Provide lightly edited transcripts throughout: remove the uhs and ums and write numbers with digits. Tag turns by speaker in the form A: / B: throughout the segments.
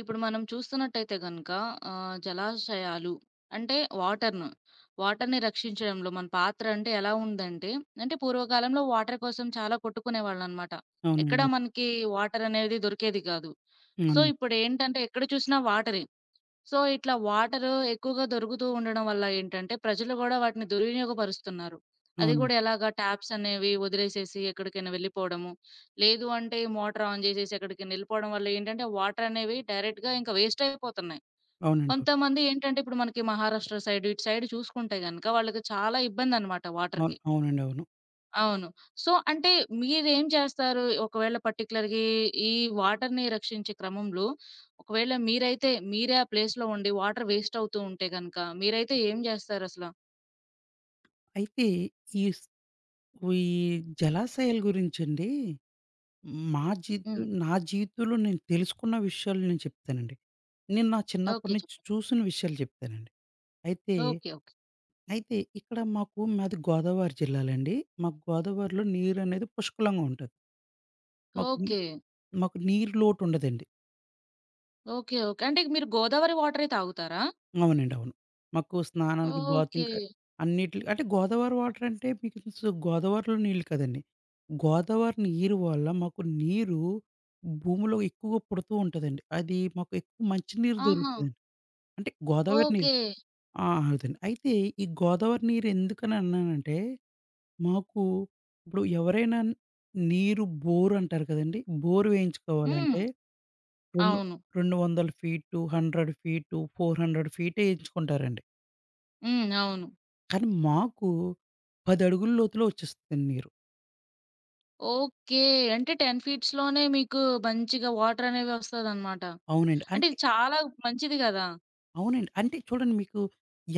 A: ఇప్పుడు మనం చూస్తున్నట్టయితే గనుక జలాశయాలు అంటే వాటర్‌ను, వాటర్‌ని రక్షించడంలో మన పాత్ర అంటే ఎలా ఉందంటే, అంటే పూర్వకాలంలో వాటర్ కోసం చాలా కొట్టుకునేవాళ్ళనమాట.
B: అవునండి.
A: ఎక్కడ
B: అవును.
A: మనకి వాటర్ అనేది దొరికేది కాదు. సో,
B: అవునండి.
A: ఇప్పుడేంటంటే ఎక్కడ చూసినా వాటరే. సో, ఇట్లా వాటరు ఎక్కువగా దొరుకుతూ ఉండడం వల్ల ఏంటంటే, ప్రజలు గూడా వాటిని దుర్వినియోగపరుస్తున్నారు. అది
B: అవునండి.
A: గూడా ఎలాగా ట్యాప్స్ అనేవి వదిలేసేసి ఎక్కడికైనా వెళ్ళిపోవడము, లేదు అంటే మోటర్ ఆన్ జేసేసి ఎక్కడికైనా ఎళ్ళిపోవడం వల్ల ఏంటంటే, వాటర్ అనేవి డైరెక్ట్‌గా ఇంకా వేస్ట్ అయిపోతున్నాయి.
B: అవునండి. అవును.
A: కొంతమంది ఏంటంటే, ఇప్పుడు మనకి మహారాష్ట్ర సైడ్, ఇటు సైడ్ చూసుకుంటే గనక వాళ్ళకి చాలా ఇబ్బందనమాట
B: అవును.
A: వాటర్‌కి.
B: అవునండి. అవును.
A: అవును. సో, అంటే మీరేం చేస్తారు? ఒకవేళ పర్టిక్యులర్‌గా ఈ వాటర్‌ని రక్షించే క్రమంలో ఒకవేళ మీరైతే మీరే ఆ ప్లేస్‌లో ఉండి వాటర్ వేస్ట్ అవుతూ ఉంటే గనక మీరైతే ఏం జేస్తారసల?
B: అయితే ఈ స్ ఈ జలాశయాల గురించండి మా జీవితం
A: హ్మ్.
B: నా జీవితంలో నేను తెలుసుకున్న విషయాలు నేను చెప్తానండి. నేను నా
A: ఓకే.
B: చిన్నప్పటి నుంచి
A: చెప్పండి.
B: చూసిన విషయాలు చెప్తానండి. అయితే,
A: ఓకే. ఓకే.
B: అయితే ఇక్కడ మాకు మాది గోదావరి జిల్లాలండి. మాకు గోదావరిలో నీరనేది పుష్కలంగా ఉంటది. మాకు ని
A: ఓకే.
B: మాకు నీరు లోటుండదండి.
A: ఓకే. ఓకే. అంటే మీరు గోదావరి వాటరే తాగుతారా?
B: అవునండి. అవును. మాకు స్నానానికి,
A: ఓకే.
B: బాతింగ్‌కి అన్నిట్లికి అంటే గోదావరి వాటర్ అంటే మీకు తెలుసు గోదావరిలో నీళ్ళు కదండీ. గోదావరి నీరు వల్ల మాకు నీరు భూమిలో ఎక్కువగా పుడుతూ ఉంటదండి. అది మాకు ఎక్కువ మంచి నీరు
A: ఆహా!
B: దొరుకుతదండి. అంటే గోదావరి నీరు.
A: ఓకే.
B: ఆ! అదండి. అయితే ఈ గోదావరి నీరు ఎందుకని అన్నానంటే మాకు ఇప్పుడు ఎవరైనా నీరు బోర్ అంటారు కదండీ. బోర్
A: హ్మ్.
B: వేయించుకోవాలంటే
A: అవును.
B: రెండు 200 ఫీటు, 100 ఫీటు, 400 ఫీటే ఏయించుకుంటారండి.
A: హ్మ్. అవును.
B: కానీ మాకు 10 అడుగుల లోతులో వచ్చేస్తదండి నీరు.
A: ఓకే. అంటే 10 ఫీట్స్‌లోనే మీకు మంచిగా వాటర్ అనేవి వస్తదనమాట.
B: అవునండి.
A: అంటే
B: అంటే
A: ఇది చాలా మంచిది గదా!
B: అవునండి. అంటే చూడండి మీకు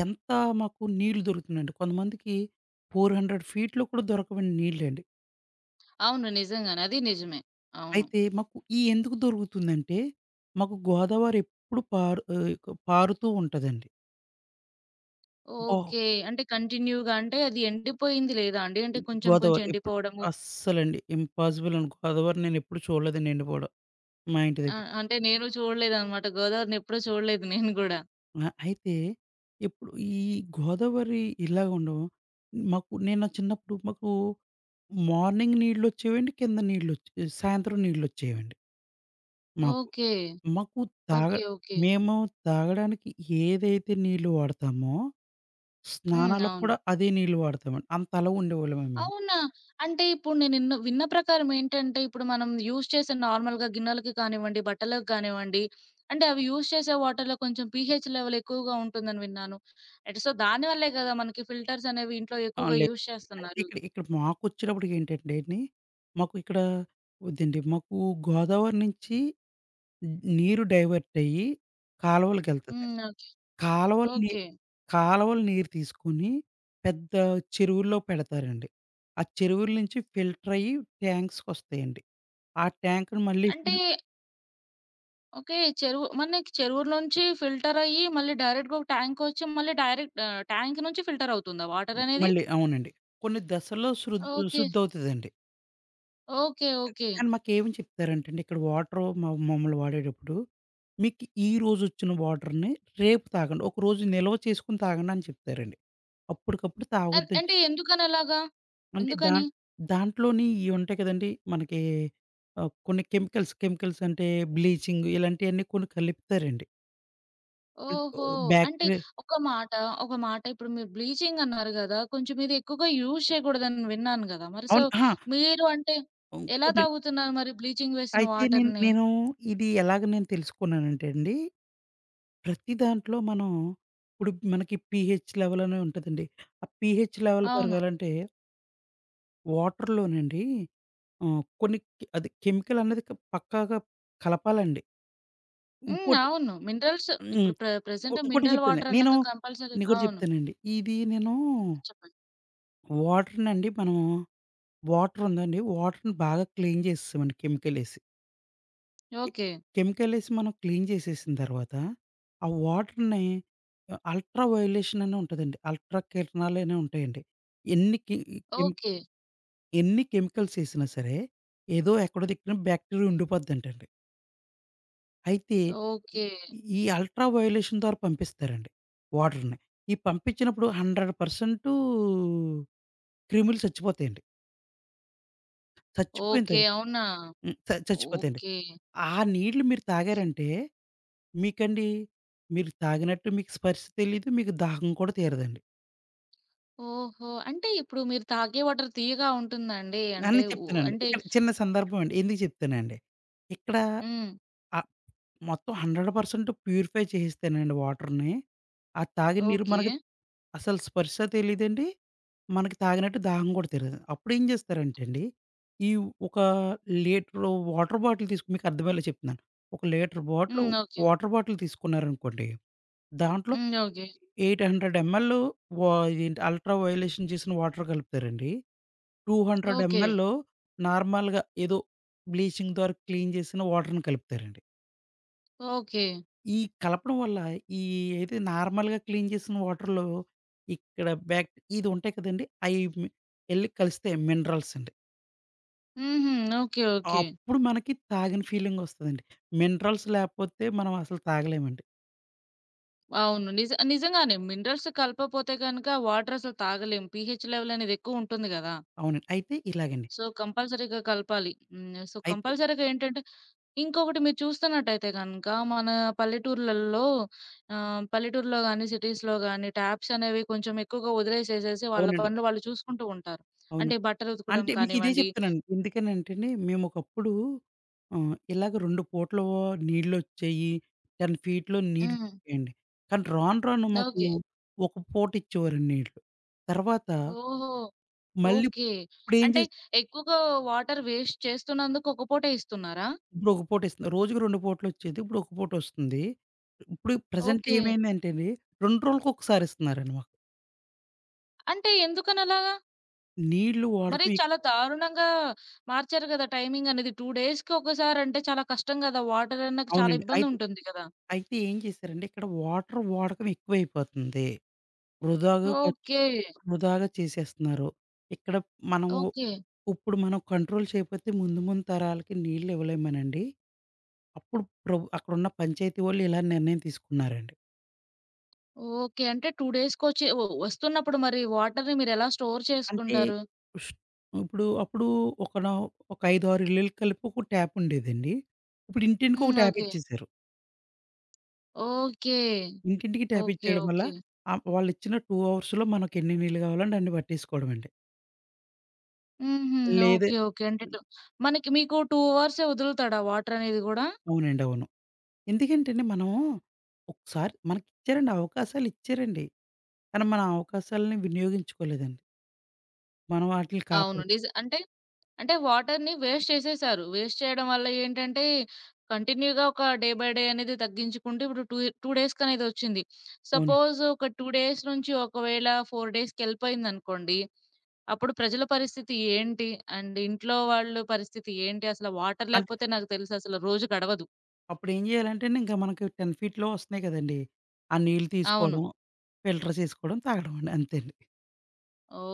B: ఎంత మాకు నీళ్లు దొరుకుతుందండి. కొంతమందికి 400 ఫీట్‌లో కూడా దొరకవండి నీళ్ళండి.
A: అవును. నిజంగానే. అది నిజమే. అవును.
B: అయితే మాకు ఈ ఎందుకు దొరుకుతుందంటే, మాకు గోదావరి ఎప్పుడు పారుతూ ఉంటదండి. బా
A: ఓకే. అంటే కంటిన్యూ‌గా అంటే అది ఎండిపోయింది లేదా అండి? అంటే కొంచెం కొంచెం
B: గోదావరి ఎప్పుడు
A: ఎండిపోవడము.
B: అస్సలండి ఇంపాసిబుల్ అండి. గోదావరి నేనెప్పుడు చూడలేదండి ఎండిపోవడం మా ఇంటి
A: ఆ!
B: దగ్గర.
A: అంటే నేను చూడలేదనమాట. గోదావరిని ఎప్పుడూ చూడలేదు నేను గూడా.
B: ఆ! అయితే ఇప్పుడు ఈ గోదావరి ఇలా ఉండవు. నేను నా చిన్నప్పుడు మాకు మార్నింగ్ నీళ్ళొచ్చేవండి. కింద నీళ్ళొచ్చే సాయంత్రం నీళ్ళొచ్చేవండి మాకు.
A: ఓకే.
B: మాకు తాగ
A: ఓకే. ఓకే.
B: మేము తాగడానికి ఏదైతే నీళ్ళు వాడతామో,
A: హ్మ్.
B: స్నానాలకు
A: అవును.
B: కూడా అదే నీళ్ళు వాడతామండి. అంతలా ఉండేవాళ్ళమే మేము.
A: అవునా? అంటే ఇప్పుడు నేను విన్న ప్రకారం ఏంటంటే, ఇప్పుడు మనం యూజ్ చేసే నార్మల్‌గా గిన్నెలకి కానివ్వండి, బట్టలకు కానివ్వండి, అంటే అవి యూజ్ చేసే వాటర్‌లో కొంచెం పీహెచ్ లెవెల్ ఎక్కువగా ఉంటుందని విన్నాను. అంటే సో, దానివల్లే గదా! మనకి ఫిల్టర్స్ అనేవి ఇంట్లో
B: ఆ!
A: ఎక్కువగా
B: లేదు.
A: యూజ్
B: అయితే
A: చేస్తున్నారు.
B: ఇక్కడ ఇక్కడ మాకొచ్చేటప్పటికి ఏంటంటే అండి, మాకు ఇక్కడ వద్దండి. మాకు గోదావరి నుంచి నీరు డైవర్ట్ అయ్యి కాలువలకెళ్తది.
A: హ్మ్.
B: కాలువల నీరు
A: ఓకే.
B: కాలువల నీరు తీసుకొని పెద్ద చెరువుల్లో పెడతారండి. ఆ చెరువుల నుంచి ఫిల్టర్ అయ్యి ట్యాంక్స్‌కొస్తాయండి. ఆ ట్యాంక్‌ని మళ్ళీ
A: అంటే
B: ఫిల్
A: ఓకే. చెరువు మనకి చెరువులోంచి ఫిల్టర్ అయ్యి మళ్ళీ డైరెక్ట్‌గా ఒక ట్యాంకొచ్చి మళ్ళీ డైరెక్ట్ ట్యాంక్ నుంచి ఫిల్టర్ అవుతుందా వాటర్ అనేది?
B: మళ్ళీ అవునండి. కొన్ని దశల్లో శృద్
A: ఓకే.
B: శుద్ధవుతదండి.
A: ఓకే. ఓకే.
B: కానీ మాకేమి చెప్తారంటే అండి, ఇక్కడ వాటరు మమ్మల్ని వాడేటప్పుడు మీకు ఈ రోజొచ్చిన వాటర్‌ని రేపు తాగండి. ఒకరోజు నిల్వ చేసుకొని తాగండి అని చెప్తారండి. అప్పటికప్పుడు తాగొద్దని
A: అంటే
B: చెప్
A: ఎందుకని అలాగా?
B: అంటే దా
A: ఎందుకని?
B: దాంట్లోని ఇవి ఉంటాయి కదండీ! మనకి కొన్ని కెమికల్స్, కెమికల్స్ అంటే బ్లీచింగ్ ఇలాంటియన్నీ కొన్ని కలుపుతారండి. అంటే
A: ఓహో! అంటే
B: బ్యాక్టీరియా
A: ఒక మాట, ఒక మాట ఇప్పుడు మీరు బ్లీచింగ్ అన్నారు గదా! కొంచెం ఇది ఎక్కువగా యూజ్ చేయకూడదని విన్నాను గదా! మరి సో,
B: అవును. అహా!
A: మీరు అంటే ఎలా
B: ఇంకోటి
A: తాగుతున్నారు మరి బ్లీచింగ్ వేసిన
B: అయితే నేను
A: వాటర్‌ని?
B: నేను ఇది ఎలాగ నేను తెలుసుకున్నానంటే అండి, ప్రతి దాంట్లో మనం ఇప్పుడు మనకి పీహెచ్ లెవెల్ అనే ఉంటదండి. ఆ పీహెచ్ లెవెల్
A: అవును.
B: పెరగాలంటే వాటర్‌లోనండి కొన్ని కె- అది కెమికల్ అనేది పక్కాగా కలపాలండి.
A: హ్మ్.
B: ఇంకోటి
A: అవును. మినరల్స్
B: హ్మ్.
A: ఇప్పుడు ప్రెజెంట్
B: ఇంకోటి
A: మినరల్
B: చెప్తాను.
A: వాటర్
B: నేను
A: అన్నాక కంపల్సరీ
B: ఇంకోటి
A: అవును.
B: చెప్తానండి. ఇది నేను
A: చెప్పండి.
B: వాటర్‌నండి మనం వాటర్ ఉందండి. వాటర్‌ని బాగా క్లీన్ చేసేసామండి కెమికలేసి.
A: ఓకే.
B: కెమికలేసి మనం క్లీన్ చేసేసిన తర్వాత, ఆ వాటర్‌ని అల్ట్రా వయోలేషన్ అని ఉంటదండి. అల్ట్రా కిరణాలు అని ఉంటాయండి. ఎన్ని కె కెమ్
A: ఓకే.
B: ఎన్ని కెమికల్స్ ఏసినా సరే, ఏదో ఎక్కడో దిక్కున బ్యాక్టీరియా ఉండిపోద్దంటండి. అయితే ఈ
A: ఓకే.
B: ఈ అల్ట్రా వయోలేషన్ ద్వారా పంపిస్తారండి వాటర్‌ని. ఈ పంపించినప్పుడు 100% క్రిములు చచ్చిపోతాయండి. చచ్చిపోయిన
A: ఓకే.
B: తరు
A: అవునా?
B: హ్మ్. చచ్చిపోతాయండి.
A: ఓకే.
B: ఆ నీళ్లు మీరు తాగారంటే మీకండి మీరు తాగినట్టు మీకు స్పర్శ తెలీదు. మీకు దాహం కూడా తీరదండి.
A: ఓహో! అంటే ఇప్పుడు మీరు తాగే వాటర్ తియ్యగా ఉంటుందా అండి? అంటే
B: అని
A: ఉ
B: చెప్తానండి.
A: అంటే
B: ఇక్కడ చిన్న సందర్భం అండి. ఎందుకు చెప్తానండి. ఇక్కడ
A: హ్మ్.
B: ఆహ్, మొత్తం 100% ప్యూరిఫై చేసేస్తానండి వాటర్‌ని. ఆ తాగిన నీరు
A: ఓకే.
B: మనకు అసలు స్పర్శ తెలీదండి. మనకి తాగినట్టు దాహం కూడా తీరదు. అప్పుడేం చేస్తారంటే అండి, ఈ ఒక లీటరు వాటర్ బాటిల్ తీసుకొని మీకు అర్థమయ్యేలా చెప్తున్నాను. ఒక లీటర్ బాటిల్
A: హ్మ్. ఓకే.
B: వాటర్ బాటిల్ తీసుకున్నారనుకోండి, దాంట్లో
A: హ్మ్. ఓకే.
B: 800 ఎంఎల్ ఇదేంటి అల్ట్రా వయలేషన్ చేసిన వాటర్ కలుపుతారండి. 200
A: ఓకే.
B: ఎంఎల్ నార్మల్‌గా ఏదో బ్లీచింగ్ ద్వారా క్లీన్ చేసిన వాటర్‌ని కలుపుతారండి.
A: ఓకే.
B: ఈ కలపడం వల్ల ఈ ఏది నార్మల్‌గా క్లీన్ చేసిన వాటర్‌లో ఇక్కడ బ్యాక్ ఇది ఉంటాయి కదండీ! అయి మి ఎళ్లి కలిస్తాయి మినరల్స్ అండి.
A: హుహు. ఓకే. ఓకే.
B: అప్పుడు మనకి తాగిన ఫీలింగ్ వస్తదండి. మినరల్స్ లేకపోతే మనం అసలు తాగలేమండి.
A: అవును. నిజంగానే మినరల్స్ కలపపోతే గనుక వాటర్ అసలు తాగలేం. పీహెచ్ లెవెల్ అనేది ఎక్కువ ఉంటుంది గదా!
B: అవునండి. అయితే ఇలాగండి.
A: సో, కంపల్సరీగా కలపాలి. హ్మ్. సో,
B: అయితే
A: కంపల్సరీగా ఏంటంటే ఇంకొకటి మీరు చూస్తున్నట్టయితే గనక మన పల్లెటూర్లల్లో పల్లెటూరులో గాని, సిటీస్‌లో గాని ట్యాప్స్ అనేవి కొంచెం ఎక్కువగా వదిలేసేసేసి వాళ్ళ
B: అవునండి.
A: పనులు వాళ్ళు చూసుకుంటూ ఉంటారు.
B: అవును.
A: అంటే బట్టలు ఉతకడం
B: అంటే మీకు ఇదే
A: కానివ్వండి.
B: చెప్తున్నాను. ఎందుకనంటేండి మేము ఒకప్పుడు ఇలాగ 2 పూటలు నీళ్లొచ్చేయి. 10 ఫీట్‌లో నీళ్లు
A: హ్మ్.
B: దొరికాయండి. కానీ రాను రాను మాకు
A: ఓకే.
B: ఒక పూట ఇచ్చేవారండి నీళ్లు. తర్వాత
A: ఓహో!
B: మళ్ళీ
A: ఓకే.
B: ఇప్పుడేం
A: అంటే
B: చేసి
A: ఎక్కువగా వాటర్ వేస్ట్ చేస్తున్నందుకు ఒక పూటే ఇస్తున్నారా?
B: ఇప్పుడు ఒక పూటేస్తుంది. రోజుకి 2 పూటలొచ్చేది. ఇప్పుడు ఒక పూటొస్తుంది. ఇప్పుడు ప్రెజెంట్
A: ఓకే.
B: ఏమైందంటేండి 2 రోజులకొకసారి ఇస్తున్నారండి మాకు.
A: అంటే ఎందుకనలాగా?
B: నీళ్లు
A: మరి
B: వాడకం ఎక్
A: చాలా దారుణంగా మార్చారు గదా! టైమింగ్ అనేది. 2 డేస్‌కి ఒకసారి అంటే చాలా కష్టం గదా! వాటర్ అన్నాక చాలా
B: అవునండి. అయితే
A: ఇబ్బందుంటుంది కదా!
B: అయితే ఏం చేశారంటే ఇక్కడ వాటర్ వాడకం ఎక్కువైపోతుంది. వృధాగా ఖర్చు
A: ఓకే.
B: వృధాగా చేసేస్తున్నారు. ఇక్కడ మనం
A: ఓకే.
B: ఇప్పుడు మనం కంట్రోల్ చేయకపోతే ముందు ముందు తరాలకి నీళ్లు ఇవ్వలేమనండి. అప్పుడు అక్కడున్న పంచాయతీ వాళ్ళు ఇలా నిర్ణయం తీసుకున్నారండి.
A: ఓకే. అంటే 2 డేస్‌కొచ్చి వస్తున్నప్పుడు మరి వాటర్‌ని మీరెలా స్టోర్
B: అంటే
A: చేసుకుంటారు?
B: ఉష్ అప్పుడు ఒక నా ఒక 5, 6 ఇల్లులు కలిపి ఒక ట్యాప్ ఉండేదండి. ఇప్పుడు ఇంటింటికి
A: హ్మ్.
B: ఒక ట్యాప్
A: ఓకే.
B: ఇచ్చేసారు.
A: ఓకే.
B: ఇంటింటికి ట్యాప్
A: ఓకే.
B: ఇచ్చేయడం వల్ల
A: ఓకే.
B: వాళ్ళు ఇచ్చిన 2 అవర్స్‌లో మనకు ఎన్ని నీళ్ళు కావాలంటే అన్ని పట్టేసుకోవడమండి.
A: హుహు.
B: లేదే
A: ఓకే. ఓకే. అంటే టు మనకి మీకు 2 అవర్సే వదులుతాడా వాటరనేది గూడా?
B: అవునండి. అవును. ఎందుకంటేండి మనం ఒకసారి మనకి ఇచ్చారండి అవకాశాలు ఇచ్చారండి. కానీ మన అవకాశాలని వినియోగించుకోలేదండి. మనం వాటిల్ని
A: అవును.
B: కాపాడుకో
A: నిజ అంటే అంటే వాటర్‌ని వేస్ట్ చేసేశారు. వేస్ట్ చేయడం వల్ల ఏంటంటే, కంటిన్యూగా ఒక డే బై డే అనేది తగ్గించుకుంటూ ఇప్పుడు టూ టూ డేస్‌కనేది ఒచ్చింది.
B: అవును.
A: సపోజ్ ఒక 2 డేస్ నుంచి ఒకవేళ 4 డేస్‌కెళ్ళిపోయిందనుకోండి, అప్పుడు ప్రజల పరిస్థితి ఏంటి? అండ్ ఇంట్లో వాళ్ళు పరిస్థితి ఏంటి? అసలు వాటర్
B: అంటే
A: లేకపోతే నాకు తెలుససలు రోజు గడవదు.
B: అప్పుడు ఏం చేయాలంటే అండి ఇంకా మనకి 10 ఫీట్‌లో వస్తున్నాయి కదండీ! ఆ నీళ్ళు
A: అవును.
B: తీసుకోవడం ఫిల్టర్ చేసుకోవడం, తాగడం అండి. అంతే అండి.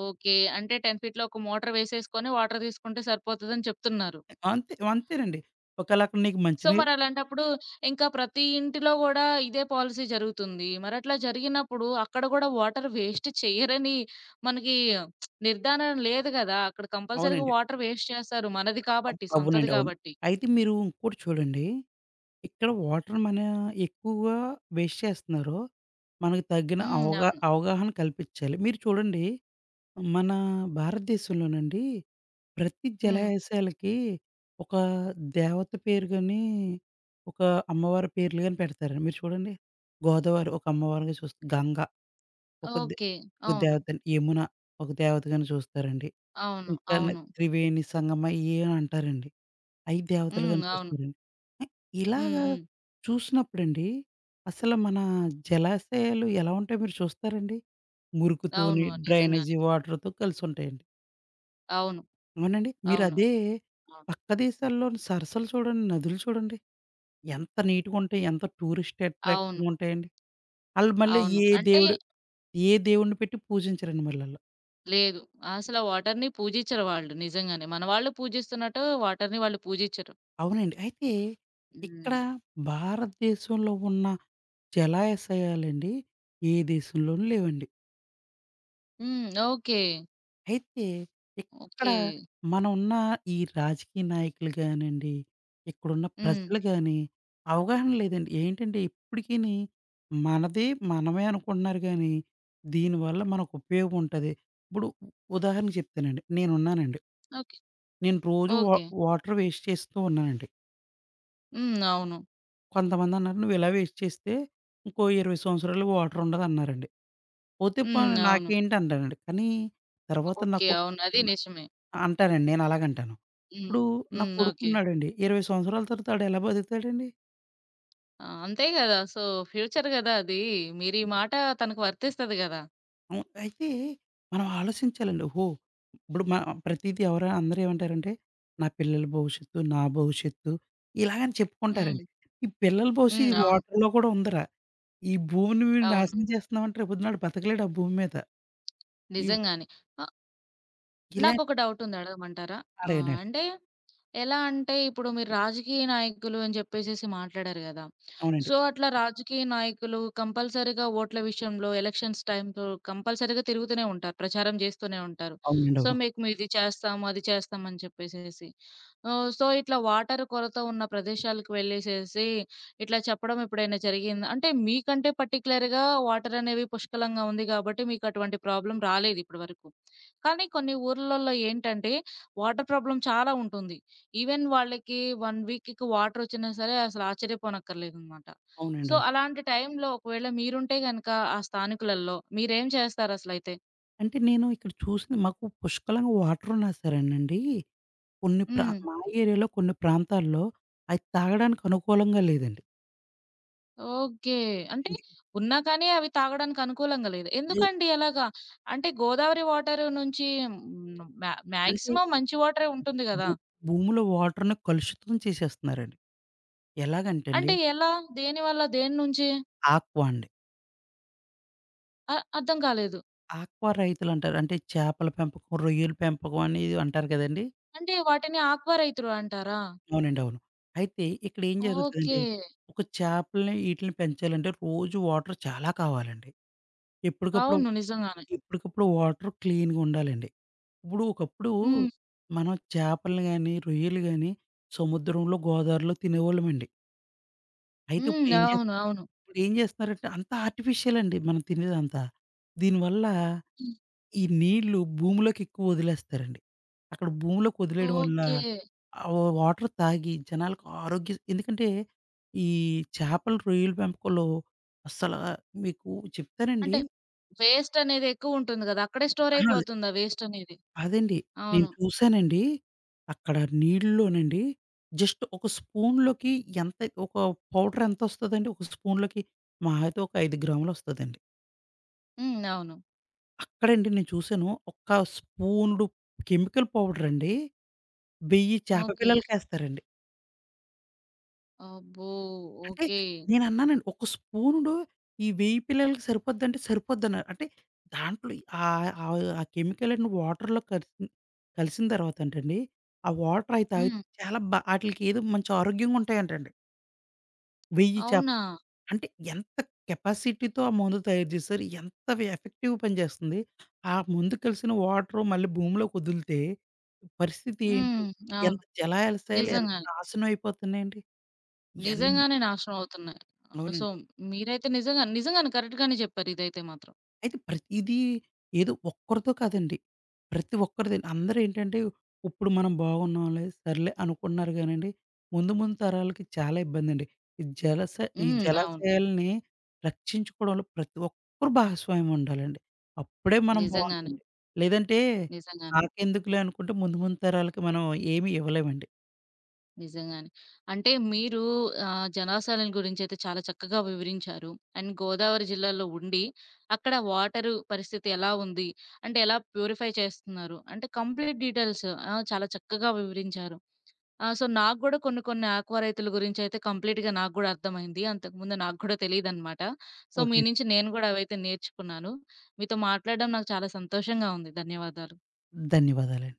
A: ఓకే. అంటే 10 ఫీట్‌లో ఒక మోటర్ వేసేసుకొని వాటర్ తీసుకుంటే సరిపోతదని చెప్తున్నారు.
B: అంతేనండి. ఒకేళ అక్కడ నీకు
A: సో,
B: మంచినీరు
A: మరలాంటప్పుడు ఇంకా ప్రతి ఇంటిలో గూడా ఇదే పాలిసీ జరుగుతుంది. మరట్లా జరిగినప్పుడు అక్కడ గూడా వాటర్ వేస్ట్ చెయ్యరని మనకి నిర్ధారణ లేదు గదా! అక్కడ కంపల్సరీగా
B: అవునండి.
A: వాటర్ వేస్ట్ చేస్తారు. మనది కాబట్టి, సొంతది
B: అవునండి. అవును.
A: కాబట్టి.
B: అయితే మీరు ఇంకోటి చూడండి. ఇక్కడ వాటర్ మన ఎక్కువగా వేస్ట్ చేస్తున్నారో, మనకు తగ్గిన
A: హ్మ్. అవును.
B: అవగాహన కల్పించాలి. మీరు చూడండి మన భారతదేశంలోనండి ప్రతి
A: హ్మ్.
B: జలాశయాలకి ఒక దేవత పేరు గాని, ఒక అమ్మవారి పేర్లు గాని పెడతారండి. మీరు చూడండి గోదావరి ఒక అమ్మవారిగా చూస్ గంగ ఒక దె
A: ఓకే.
B: ఒక
A: అవును.
B: దేవతని యమున ఒక దేవతగానే చూస్తారండి.
A: అవును.
B: ఇంకాను
A: అవును.
B: త్రివేణి సంగమ ఇయేవో అంటారండి. అయి
A: హ్మ్.
B: దేవతలుగానే
A: అవును.
B: చూస్తారండి. ఆహ్,
A: హ్మ్.
B: ఇలాగా
A: హ్మ్.
B: చూసినప్పుడండి అసలు మన జలాశయాలు ఎలా ఉంటాయో మీరు చూస్తారండి? మురుకుతోని,
A: అవును. నిజంగానే.
B: డ్రైనేజీ వాటర్‌తో కలిసి ఉంటాయండి.
A: అవును.
B: అవునండి. మీరు
A: అవును.
B: అదే
A: అవును.
B: పక్క దేశాల్లోని సరస్సులు చూడండి, నదులు చూడండి. ఎంత నీట్‌గా ఉంటాయి. ఎంత టూరిస్ట్
A: అవును.
B: అట్రాక్టివ్‌గా ఉంటాయండి. ఆళ్ళు మళ్ళీ
A: అవును.
B: ఏ
A: అంటే
B: దేవుడు ఏ దేవుడిని పెట్టి పూజించరండి మళ్ళాళ్ళు.
A: లేదు. అసల వాటర్‌ని పూజిచ్చరు వాళ్ళు నిజంగానే. మన వాళ్ళు పూజిస్తున్నట్టు వాటర్‌ని వాళ్ళు పూజిచ్చరు.
B: అవునండి. అయితే ఇక్కడ
A: హ్మ్.
B: భారతదేశంలో ఉన్న జలాశయాలండి ఏ దేశంలోనూ లేవండి.
A: హ్మ్. ఓకే.
B: అయితే ఇక్కడ
A: ఓకే.
B: మనవున్న ఈ రాజకీయ నాయకులు గానండి, ఇక్కడున్న
A: హ్మ్.
B: ప్రజలు గాని అవగాహన లేదండి. ఏంటంటే ఇప్పటికిని మనది మనమే అనుకుంటున్నారు గానీ, దీనివల్ల మనకు ఉపయోగం ఉంటది. ఇప్పుడు ఉదాహరణకు చెప్తానండి. నేనున్నానండి.
A: ఓకే.
B: నేను రోజు వా
A: ఓకే.
B: వాటర్ వేస్ట్ చేస్తూ ఉన్నానండి.
A: హ్మ్. అవును.
B: కొంతమందన్నారు, "నువ్విలా వేస్ట్ చేస్తే ఇంకో 20 సంవత్సరాలు వాటరుండదన్నారండి." పోతే
A: హ్మ్.
B: పోనీ
A: అవును.
B: నాకేంటి అంటానండి. కానీ తర్వాత
A: ఓకే.
B: నాకు
A: అవును. అది
B: న
A: నిజమే.
B: అంటానండి. నేనలాగంటాను.
A: హ్మ్.
B: ఇప్పుడు నా
A: హ్మ్. ఓకే.
B: కొడుకున్నాడండి. 20 సంవత్సరాల తర్వాత ఆడెలా బతుకుతాడండి?
A: ఆ! అంతే గదా! సో, ఫ్యూచర్ గదా అది. మీరీ మాట తనకు వర్తిస్తది గదా!
B: అవును. అయితే మనం ఆలోచించాలండి. ఓహో! ఇప్పుడు మ ప్రతీది ఎవరు అందరూ ఏమంటారంటే, "నా పిల్లల భవిష్యత్తు, నా భవిష్యత్తు" ఇలాగని
A: హ్మ్.
B: చెప్పుకుంటారండి. ఈ పిల్లల
A: హ్మ్.
B: భవిష్యత్తు ఈ
A: అవును.
B: వాటర్‌లో కూడా ఉందిరా! ఈ భూమిని మీరు
A: అవును.
B: నాశనం చేస్తున్నామంటే రేపొద్దునాడు బతకలేడు ఆ భూమి మీద. ఈ
A: నిజంగానే. ఆహ్,
B: ఇలా
A: నాకొక డౌటుంది అడగమంటారా?
B: అడిగినాడు.
A: అంటే ఎలా అంటే ఇప్పుడు మీరు రాజకీయ నాయకులు అని చెప్పేసేసి మాట్లాడారు గదా!
B: అవునండి.
A: సో, అట్లా రాజకీయ నాయకులు కంపల్సరీగా ఓట్ల విషయంలో ఎలక్షన్స్ టైమ్‌లో కంపల్సరీగా తిరుగుతూనే ఉంటారు. ప్రచారం జేస్తూనే ఉంటారు.
B: అవునండి.
A: సో,
B: అవును.
A: మీకు మీది చేస్తాం, అది చేస్తాం అని చెప్పేసేసి. ఓహ్! సో, ఇట్లా వాటర్ కొరత ఉన్న ప్రదేశాలకు వెళ్ళేసేసి, ఇట్లా చెప్పడం ఎప్పుడైనా జరిగిందా? అంటే మీకంటే పర్టిక్యులర్‌గా వాటర్ అనేవి పుష్కలంగా ఉంది గాబట్టి, మీకు అటువంటి ప్రాబ్లమ్ రాలేదు ఇప్పటి వరకు. కానీ కొన్ని ఊర్లల్లో ఏంటంటే, వాటర్ ప్రాబ్లమ్ చాలా ఉంటుంది. ఈవెన్ వాళ్ళకి 1 వీక్‌కి వాటర్ వచ్చినా సరే, అసలు ఆశ్చర్యపోనక్కర్లేదనమాట.
B: అవునండి.
A: సో,
B: అవును.
A: అలాంటి టైంలో ఒకవేళ మీరుంటే గనక ఆ స్థానికులల్లో మీరేం చేస్తారసలైతే?
B: అంటే నేను ఇక్కడ చూసింది మాకు పుష్కలంగా వాటరున్నా సరేనండి, కొన్ని ప్రా
A: హ్మ్.
B: మా ఏరియాలో కొన్ని ప్రాంతాల్లో అయి తాగడానికి అనుకూలంగా లేదండి.
A: ఓకే. అంటే
B: ఎందుకు
A: ఉన్నా కానీ అవి తాగడానికి అనుకూలంగా లేదు.
B: లే
A: ఎందుకండి అలాగా? అంటే గోదావరి వాటర్ నుంచి హ్మ్.
B: అంటే
A: మాక్సిమం మంచి వాటరే ఉంటుంది గదా!
B: భూ భూమిలో వాటర్‌ని కలుషితం చేసేస్తున్నారండి. ఎలాగంటేండి
A: అంటే ఎలా? దేనివల్ల? దేని నుంచి?
B: ఆక్వా అండి.
A: అర్థం కాలేదు.
B: ఆక్వా రైతులంటారు. అంటే చేపల పెంపకం, రొయ్యల పెంపకం అనేది అంటారు కదండీ!
A: అంటే వాటిని ఆక్వా రైతులు అంటారా?
B: అవునండి. అవును. అయితే ఇక్కడ ఏం
A: ఓకే.
B: జరుగుతదంటే, ఒక చేపల్ని ఈటిల్ని పెంచాలంటే రోజు వాటర్ చాలా కావాలండి. ఎప్పటికప్పుడు,
A: అవును. నిజంగానే.
B: ఎప్పటికప్పుడు వాటర్ క్లీన్‌గా ఉండాలండి. ఇప్పుడు ఒకప్పుడు
A: హ్మ్.
B: మనం చేపల్ని గాని, రొయ్యలు గాని సముద్రంలో, గోదావరిలో తినేవాళ్ళమండి. అయితే
A: హ్మ్. అవును. అవును.
B: ఇప్పుడు ఏం చేస్తున్నారంటే అంతా ఆర్టిఫిషియల్ అండి మనం తినేదంతా. దీనివల్ల
A: హ్మ్.
B: ఈ నీళ్లు భూమిలోకి ఎక్కువ వదిలేస్తారండి. అక్కడ భూమిలోకి వదిలేయడం వల్ల
A: ఓకే.
B: ఆ వాటర్ తాగి జనాలకు ఆరోగ్య ఎందుకంటే ఈ చేపలు, రొయ్యలు పెంపకంలో అస్సల మీకు చెప్తానండి
A: అంటే వేస్ట్ అనేది ఎక్కువుంటుంది గదా! అక్కడే స్టోర్
B: అహా!
A: అయిపోతుంది ఆ వేస్ట్ అనేది.
B: అదండి. నేను
A: అవును.
B: చూసానండి. అక్కడ నీళ్ళలోనండి జస్ట్ ఒక స్పూన్‌లోకి ఎంత ఒక పౌడర్ ఎంతొస్తదండి? ఒక స్పూన్‌లోకి మహా అయితే ఒక 5 గ్రాములొస్తదండి.
A: హ్మ్. అవును.
B: అక్కడండి నేను చూసాను. ఒక్క స్పూనుడు కెమికల్ పౌడరండి 1000 చేప
A: ఓకే.
B: పిల్లలకేస్తారండి.
A: అబ్బో!
B: అంటే
A: ఓకే.
B: నేనన్నానండి. ఒక స్పూనుడు ఈ 1000 పిల్లలకి సరిపోద్దంటే సరిపోద్దన్నారు. అంటే దాంట్లో ఆహ్, ఆహ్, ఆ కెమికల్ అండ్ వాటర్‌లో కలిసి కలిసిన తర్వాత అంటండి, ఆ వాటర్ అయి
A: హ్మ్.
B: తాగితే చాలా బా ఆటిలికి ఏదో మంచి ఆరోగ్యంగా ఉంటాయంటండి. 1000 చేప
A: అవునా?
B: అంటే ఎంత కెపాసిటీతో ఆ మందు తయారు చేశారు. ఎంత వి ఎఫెక్టివ్ పనిచేస్తుంది. ఆ మందు కలిసిన వాటరు మళ్ళీ భూమిలోకి వదిలితే పరిస్థితి ఏంటి?
A: హ్మ్. అవును.
B: ఎంత జలాశయాలు ఎంత
A: నిజంగానే.
B: నాశనం అయిపోతున్నాయండి. ఇయన్నీ.
A: నిజంగానే నాశనం అవుతున్నాయి. సో,
B: అవునండి.
A: మీరైతే నిజంగా నిజంగానే కరెక్ట్‌గానే చెప్పారు ఇదైతే మాత్రం.
B: అయితే ప్రతీదీ ఏదో ఒక్కరితో కాదండి. ప్రతి ఒక్కరిది అందరూ ఏంటంటే ఇప్పుడు మనం బాగున్నాంలే, సర్లే అనుకుంటున్నారు గానండి, ముందు ముందు తరాలకి చాలా ఇబ్బందండి. ఈ జలస ఈ
A: హ్మ్. అవును.
B: జలాశయాల్ని రక్షించుకోవడంలో ప్రతి ఒక్కరు భాగస్వామ్యం ఉండాలండి. అప్పుడే మనం
A: నిజంగానే.
B: బావుంటామండి. లేదంటే
A: నిజంగానే.
B: నాకెందుకులే అనుకుంటే ముందు ముందు తరాలకి మనం ఏమి ఇవ్వలేమండి.
A: నిజంగానే. అంటే మీరు జనాశాలను గురించైతే చాలా చక్కగా వివరించారు. అండ్ గోదావరి జిల్లాలో ఉండి, అక్కడ వాటరు పరిస్థితి ఎలా ఉంది? అంటే ఎలా ప్యూరిఫై చేస్తున్నారు? అంటే కంప్లీట్ డీటెయిల్స్. ఆ! చాలా చక్కగా వివరించారు. ఆ! సో, నాకు గూడా కొన్ని కొన్ని ఆక్వా రైతుల గురించయితే కంప్లీట్‌గా నాకు గూడా అర్థమైంది. అంతకుముందు నాకు కూడా తెలీదనమాట. సో, మీ
B: ఓకే.
A: నుంచి నేను గూడా అవైతే నేర్చుకున్నాను. మీతో మాట్లాడడం నాకు చాలా సంతోషంగా ఉంది. ధన్యవాదాలు.
B: ధన్యవాదాలండి.